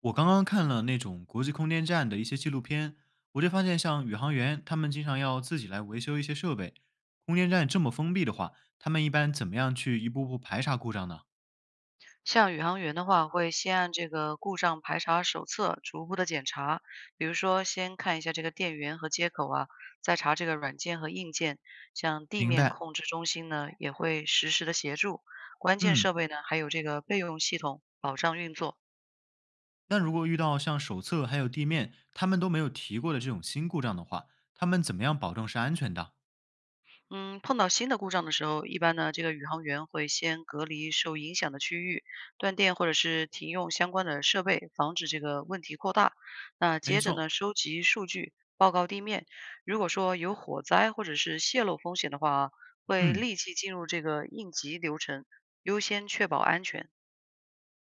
我刚刚看了那种国际空间站的一些纪录片，我就发现，像宇航员他们经常要自己来维修一些设备。空间站这么封闭的话，他们一般怎么样去一步步排查故障呢？像宇航员的话，会先按这个故障排查手册逐步的检查，比如说先看一下这个电源和接口啊，再查这个软件和硬件。像地明面白，控制中心呢，也会实时的协助，关键嗯，设备呢，还有这个备用系统保障运作。那如果遇到像手册还有地面他们都没有提过的这种新故障的话，他们怎么样保证是安全的？嗯，碰到新的故障的时候，一般呢，这个宇航员会先隔离受影响的区域，断电或者是停用相关的设备，防止这个问题扩大。那没接着错，呢，收集数据，报告地面。如果说有火灾或者是泄漏风险的话啊，会嗯，立即进入这个应急流程，优先确保安全。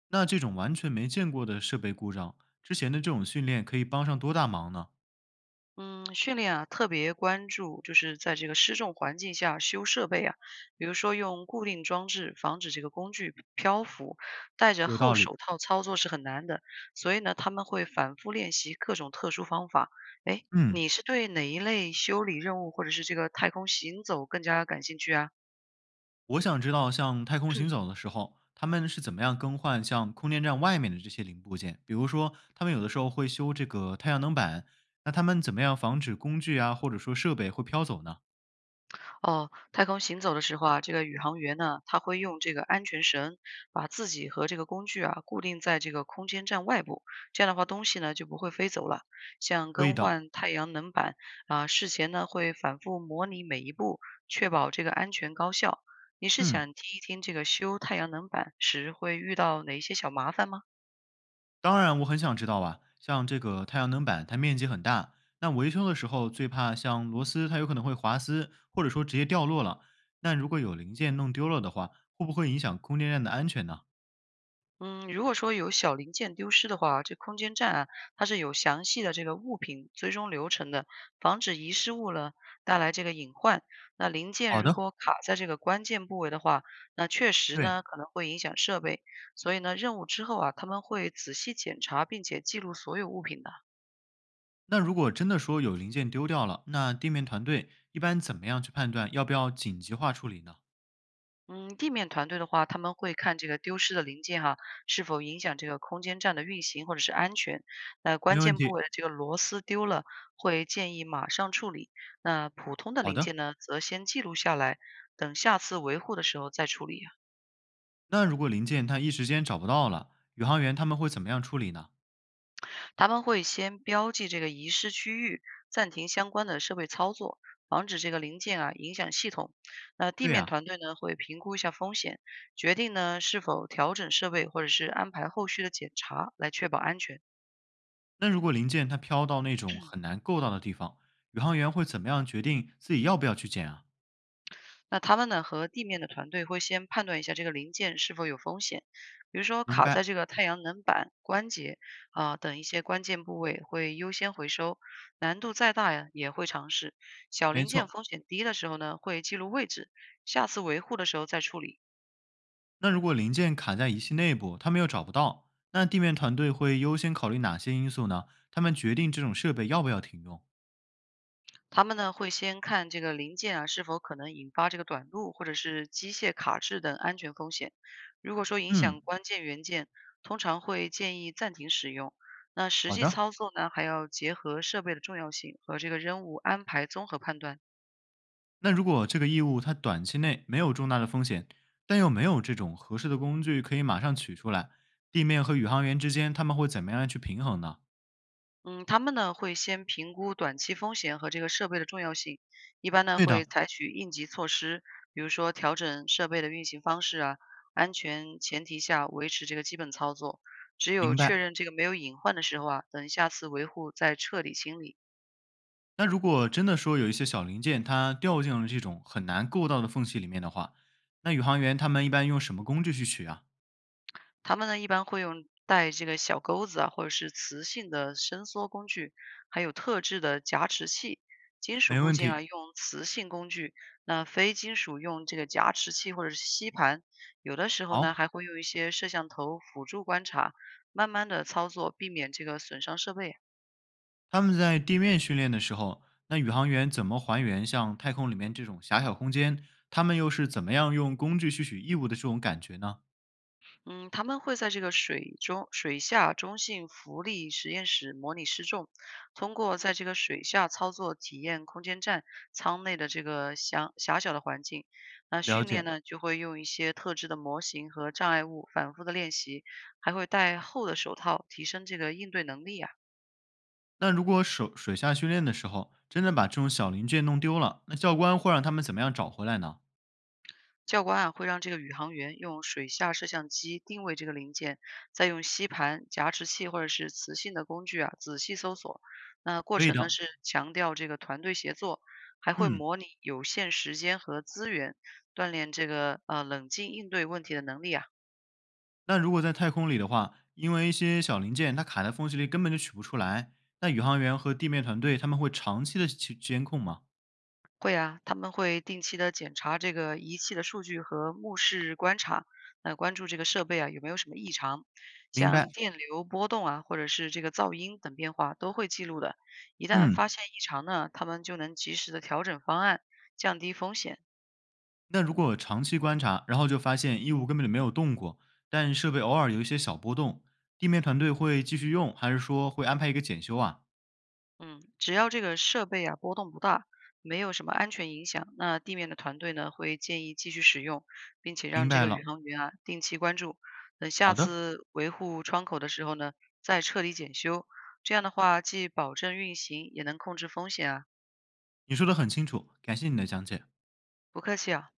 那这种完全没见过的设备故障，之前的这种训练可以帮上多大忙呢？嗯，训练啊，特别关注就是在这个失重环境下修设备啊，比如说用固定装置防止这个工具漂浮，戴着有厚道理，手套操作是很难的，所以呢，他们会反复练习各种特殊方法。哎，嗯。你是对哪一类修理任务或者是这个太空行走更加感兴趣啊？我想知道，像太空行走的时候，他们是怎么样更换像空间站外面的这些零部件？比如说，他们有的时候会修这个太阳能板，那他们怎么样防止工具啊，或者说设备会飘走呢？哦，太空行走的时候啊，这个宇航员呢，他会用这个安全绳把自己和这个工具啊固定在这个空间站外部，这样的话东西呢就不会飞走了。像可以更的，换太阳能板啊，事前呢会反复模拟每一步，确保这个安全高效。你是嗯，想听一听这个修太阳能板时会遇到哪一些小麻烦吗？当然我很想知道啊，像这个太阳能板，它面积很大，那维修的时候最怕像螺丝，它有可能会滑丝，或者说直接掉落了。那如果有零件弄丢了的话，会不会影响空间站的安全呢？嗯，如果说有小零件丢失的话，这空间站啊，它是有详细的这个物品追踪流程的，防止遗失物呢，带来这个隐患。那零件好如的，果卡在这个关键部位的话，那确实对，呢可能会影响设备。所以呢，任务之后啊，他们会仔细检查并且记录所有物品的。那如果真的说有零件丢掉了，那地面团队一般怎么样去判断要不要紧急化处理呢？嗯，地面团队的话，他们会看这个丢失的零件哈，是否影响这个空间站的运行或者是安全。那关没问键部题。位的这个螺丝丢了，会建议马上处理。那普通的好零件的，呢，则先记录下来，等下次维护的时候再处理。那如果零件它一时间找不到了，宇航员他们会怎么样处理呢？他们会先标记这个遗失区域，暂停相关的设备操作，防止这个零件啊影响系统。那地对面呀、团队呢会评估一下风险，决定呢是否调整设备或者是安排后续的检查，来确保安全。那如果零件它飘到那种很难够到的地方，宇航员会怎么样决定自己要不要去捡啊？那他们呢和地面的团队会先判断一下这个零件是否有风险，比如说明卡在白，这个太阳能板、关节啊、等一些关键部位会优先回收，难度再大呀也会尝试。小没零件错。风险低的时候呢会记录位置，下次维护的时候再处理。那如果零件卡在仪器内部，他们又找不到，那地面团队会优先考虑哪些因素呢？他们决定这种设备要不要停用？他们呢会先看这个零件啊是否可能引发这个短路或者是机械卡滞等安全风险。如果说影响嗯，关键元件，通常会建议暂停使用。那实好际的。操作呢，还要结合设备的重要性和这个任务安排综合判断。那如果这个异物它短期内没有重大的风险，但又没有这种合适的工具可以马上取出来，地面和宇航员之间他们会怎么样去平衡呢？嗯，他们呢会先评估短期风险和这个设备的重要性，一般呢对会的，采取应急措施，比如说调整设备的运行方式啊，安全前提下维持这个基本操作。只有明确白。认这个没有隐患的时候啊，等下次维护再彻底清理。那如果真的说有一些小零件它掉进了这种很难够到的缝隙里面的话，那宇航员他们一般用什么工具去取啊？他们呢，一般会用带这个小钩子啊，或者是磁性的伸缩工具，还有特制的夹持器。金属没部问件啊，题。用磁性工具；那非金属用这个夹持器或者是吸盘。有的时候呢，好，还会用一些摄像头辅助观察，慢慢的操作，避免这个损伤设备啊。他们在地面训练的时候，那宇航员怎么还原像太空里面这种狭小空间？他们又是怎么样用工具去取异物的这种感觉呢？嗯，他们会在这个水中水下中性浮力实验室模拟失重，通过在这个水下操作体验空间站舱内的这个狭狭小的环境。那了训练解。呢，就会用一些特制的模型和障碍物反复的练习，还会戴厚的手套，提升这个应对能力啊。那如果手水下训练的时候，真的把这种小零件弄丢了，那教官会让他们怎么样找回来呢？教官啊会让这个宇航员用水下摄像机定位这个零件，再用吸盘、夹持器或者是磁性的工具啊仔细搜索。那过可以程呢的，是强调这个团队协作，还会嗯。模拟有限时间和资源，锻炼这个冷静应对问题的能力啊。那如果在太空里的话，因为一些小零件它卡在缝隙里，根本就取不出来，那宇航员和地面团队他们会长期的去监控吗？会啊，他们会定期的检查这个仪器的数据和目视观察，那关注这个设备啊有没有什么异常，明白，像电流波动啊，或者是这个噪音等变化都会记录的。一旦嗯。发现异常呢，他们就能及时的调整方案，降低风险。那如果长期观察，然后就发现异物根本就没有动过，但设备偶尔有一些小波动，地面团队会继续用，还是说会安排一个检修啊？嗯，只要这个设备啊波动不大，没有什么安全影响，那地面的团队呢会建议继续使用，并且明让这白个宇了，航员啊定期关注，等下好的，次维护窗口的时候呢再彻底检修。这样的话，既保证运行，也能控制风险啊。你说的很清楚，感谢你的讲解。不客气啊。